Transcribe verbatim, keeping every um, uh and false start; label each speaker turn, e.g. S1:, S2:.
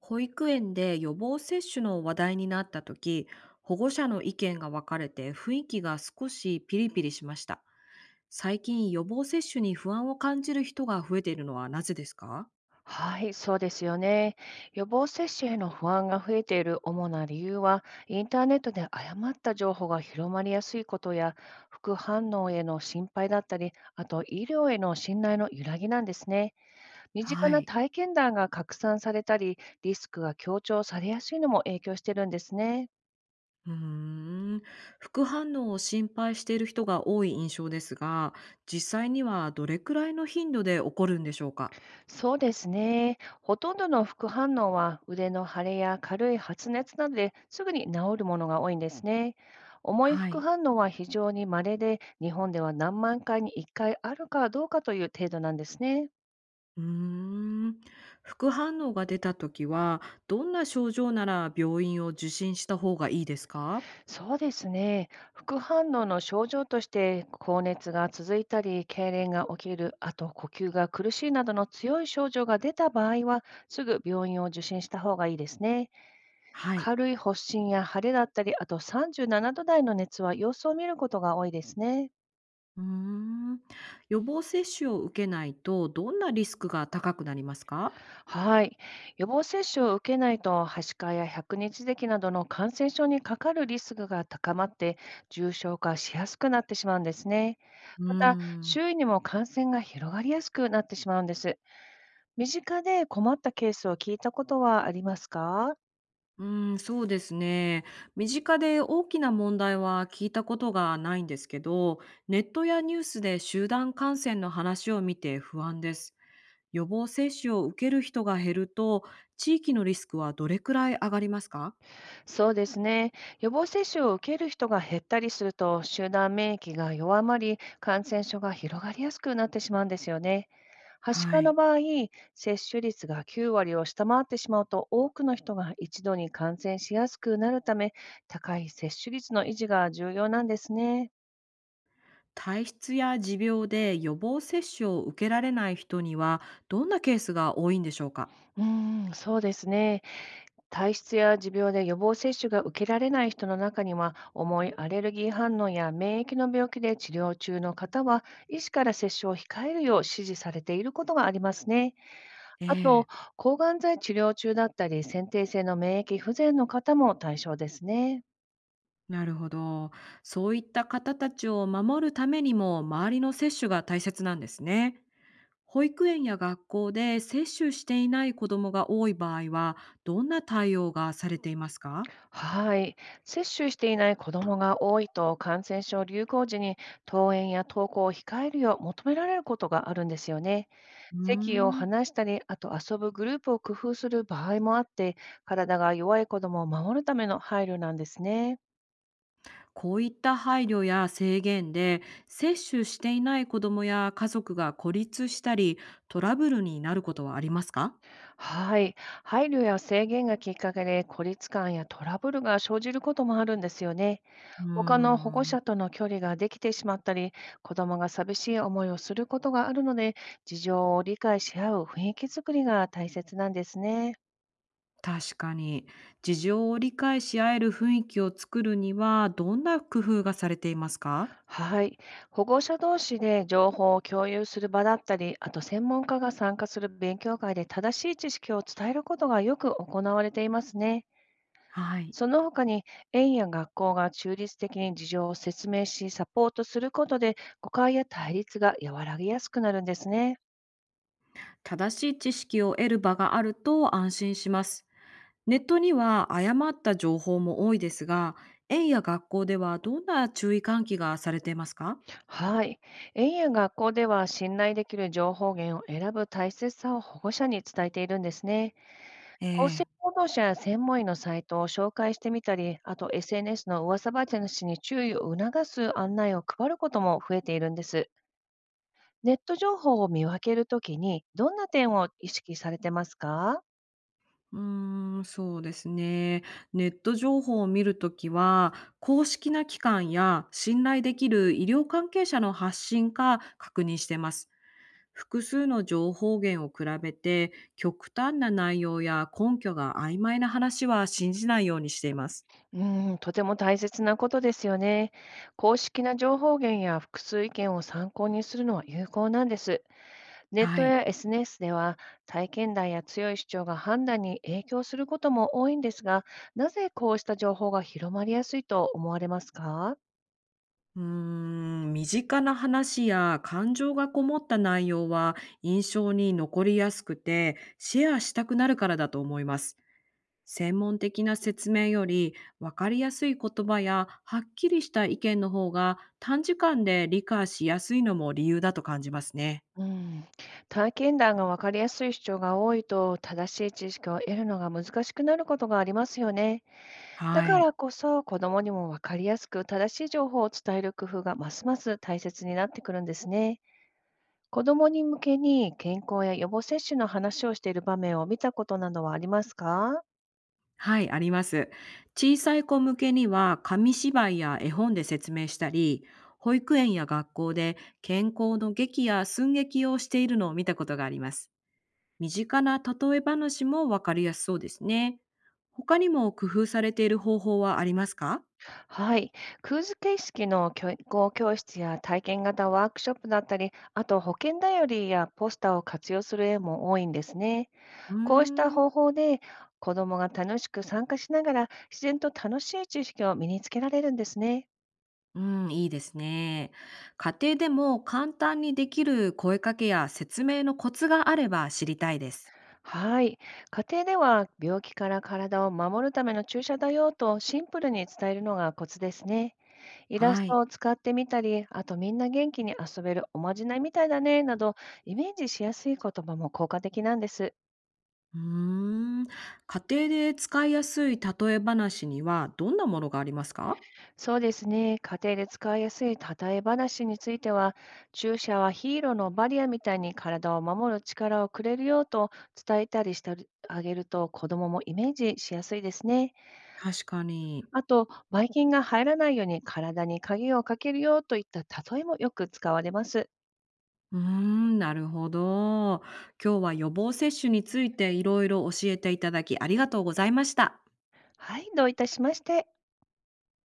S1: 保育園で予防接種の話題になった時、保護者の意見が分かれて雰囲気が少しピリピリしました。最近、予防接種に不安を感じる人が増えているのはなぜですか？
S2: はい、そうですよね。予防接種への不安が増えている主な理由は、インターネットで誤った情報が広まりやすいことや、副反応への心配だったり、あと医療への信頼の揺らぎなんですね。身近
S1: は
S2: な
S1: い。
S2: 体験談が拡散されたり、リスクが強調されやすいのも影響してるんですね。
S1: うーん。副反応を心配している人が多い印象ですが、実際にはどれくらいの頻度で起こるんでしょうか？
S2: そうですね。ほとんどの副反応は腕の腫れや軽い発熱などですぐに治るものが多いんですね。重い
S1: は
S2: 副
S1: い。
S2: 反応は非常に稀で、日本では何万回にいっかいあるかどうかという程度なんですね。
S1: うーん。副反応が出た時は、どんな症状なら病院を受診した方がいいですか？
S2: そうですね。副反応の症状として、高熱が続いたり、痙攣が起きる、あと呼吸が苦しいなどの強い症状が出た場合は、すぐ病院を受診した方がいいですね。
S1: はい。
S2: 軽い発疹や腫れだったり、あとさんじゅうななど台の熱は様子を見ることが多いですね。
S1: うーん。予防接種を受けないと、どんなリスクが高くなりますか？
S2: はい。予防接種を受けないと、はしかや百日咳などの感染症にかかるリスクが高まって、重症化しやすくなってしまうんですね。
S1: うー
S2: また、
S1: ん。
S2: 周囲にも感染が広がりやすくなってしまうんです。身近で困ったケースを聞いたことはありますか？
S1: うーん、そうですね。身近で大きな問題は聞いたことがないんですけど、ネットやニュースで集団感染の話を見て不安です。予防接種を受ける人が減ると、地域のリスクはどれくらい上がりますか？
S2: そうですね。予防接種を受ける人が減ったりすると、集団免疫が弱まり、感染症が広がりやすくなってしまうんですよね。はし
S1: は
S2: かの
S1: い。
S2: 場合、接種率がきゅう割を下回ってしまうと、多くの人が一度に感染しやすくなるため、高い接種率の維持が重要なんですね。
S1: 体質や持病で予防接種を受けられない人には、どんなケースが多いんでしょうか？
S2: うーん、そうですね。体質や持病で予防接種が受けられない人の中には、重いアレルギー反応や免疫の病気で治療中の方は、医師から接種を控えるよう指示されていることがありますね。
S1: え
S2: あと、
S1: え、
S2: 抗がん剤治療中だったり、先天性の免疫不全の方も対象ですね。
S1: なるほど。そういった方たちを守るためにも、周りの接種が大切なんですね。保育園や学校で接種していない子どもが多い場合は、どんな対応がされていますか？
S2: はい。接種していない子どもが多いと、感染症流行時に登園や登校を控えるよう求められることがあるんですよね。
S1: うー
S2: 席を
S1: ん。
S2: 離したり、あと遊ぶグループを工夫する場合もあって、体が弱い子どもを守るための配慮なんですね。
S1: こういった配慮や制限で、接種していない子どもや家族が孤立したり、トラブルになることはありますか？
S2: はい。配慮や制限がきっかけで孤立感やトラブルが生じることもあるんですよね。
S1: うー
S2: 他の保護
S1: ん。
S2: 者との距離ができてしまったり、子どもが寂しい思いをすることがあるので、事情を理解し合う雰囲気づくりが大切なんですね。
S1: 確かに。事情を理解し合える雰囲気を作るには、どんな工夫がされていますか？
S2: はい。保護者同士で情報を共有する場だったり、あと専門家が参加する勉強会で正しい知識を伝えることがよく行われていますね。
S1: はい。
S2: その他に、園や学校が中立的に事情を説明し、サポートすることで、誤解や対立が和らぎやすくなるんですね。
S1: 正しい知識を得る場があると安心します。ネットには誤った情報も多いですが、園や学校ではどんな注意喚起がされていますか？
S2: はい。園や学校では、信頼できる情報源を選ぶ大切さを保護者に伝えているんですね。
S1: え
S2: 厚生
S1: え。
S2: 労働者や専門医のサイトを紹介してみたり、あと エスエヌエス の噂話に注意を促す案内を配ることも増えているんです。ネット情報を見分けるときに、どんな点を意識されてますか？
S1: うーん、そうですね。ネット情報を見るときは、公式な機関や信頼できる医療関係者の発信か確認してます。複数の情報源を比べて、極端な内容や根拠が曖昧な話は信じないようにしています。
S2: うーん、とても大切なことですよね。公式な情報源や複数意見を参考にするのは有効なんです。ネッ
S1: は
S2: ト
S1: い。
S2: や エスエヌエス では体験談や強い主張が判断に影響することも多いんですが、なぜこうした情報が広まりやすいと思われますか？
S1: うーん、身近な話や感情がこもった内容は印象に残りやすくてシェアしたくなるからだと思います。専門的な説明より分かりやすい言葉やはっきりした意見の方が短時間で理解しやすいのも理由だと感じますね。
S2: うん、体験談が分かりやすい主張が多いと正しい知識を得るのが難しくなることがありますよね。だ
S1: は
S2: か
S1: い。
S2: らこそ子どもにも分かりやすく正しい情報を伝える工夫がますます大切になってくるんですね。子どもに向けに健康や予防接種の話をしている場面を見たことなどはありますか？
S1: はい、あります。小さい子向けには紙芝居や絵本で説明したり、保育園や学校で健康の劇や寸劇をしているのを見たことがあります。身近な例え話もわかりやすそうですね。他にも工夫されている方法はありますか？
S2: はい。クーズ形式の教育語教室や体験型ワークショップだったり、あと保健だリりやポスターを活用する絵も多いんですね。
S1: うー
S2: こうした
S1: ん。
S2: 方法で子どもが楽しく参加しながら自然と楽しい知識を身につけられるんですね。
S1: うん、いいですね。家庭でも簡単にできる声かけや説明のコツがあれば知りたいです。
S2: はい。家庭では病気から体を守るための注射だよとシンプルに伝えるのがコツですね。イラス
S1: は
S2: ト
S1: い。
S2: を使ってみたり、あとみんな元気に遊べるおまじないみたいだね、など、イメージしやすい言葉も効果的なんです。
S1: うーん。家庭で使いやすい例え話にはどんなものがありますか？
S2: そうですね、家庭で使いやすい例え話については、注射はヒーローのバリアみたいに体を守る力をくれるよと伝えたりしてあげると、子供もイメージしやすいですね。
S1: 確かに。
S2: あと、ばい菌が入らないように体に鍵をかけるよといった例えもよく使われます。
S1: うーん、なるほど。今日は予防接種についていろいろ教えていただき、ありがとうございました。
S2: はい、どういたしまして。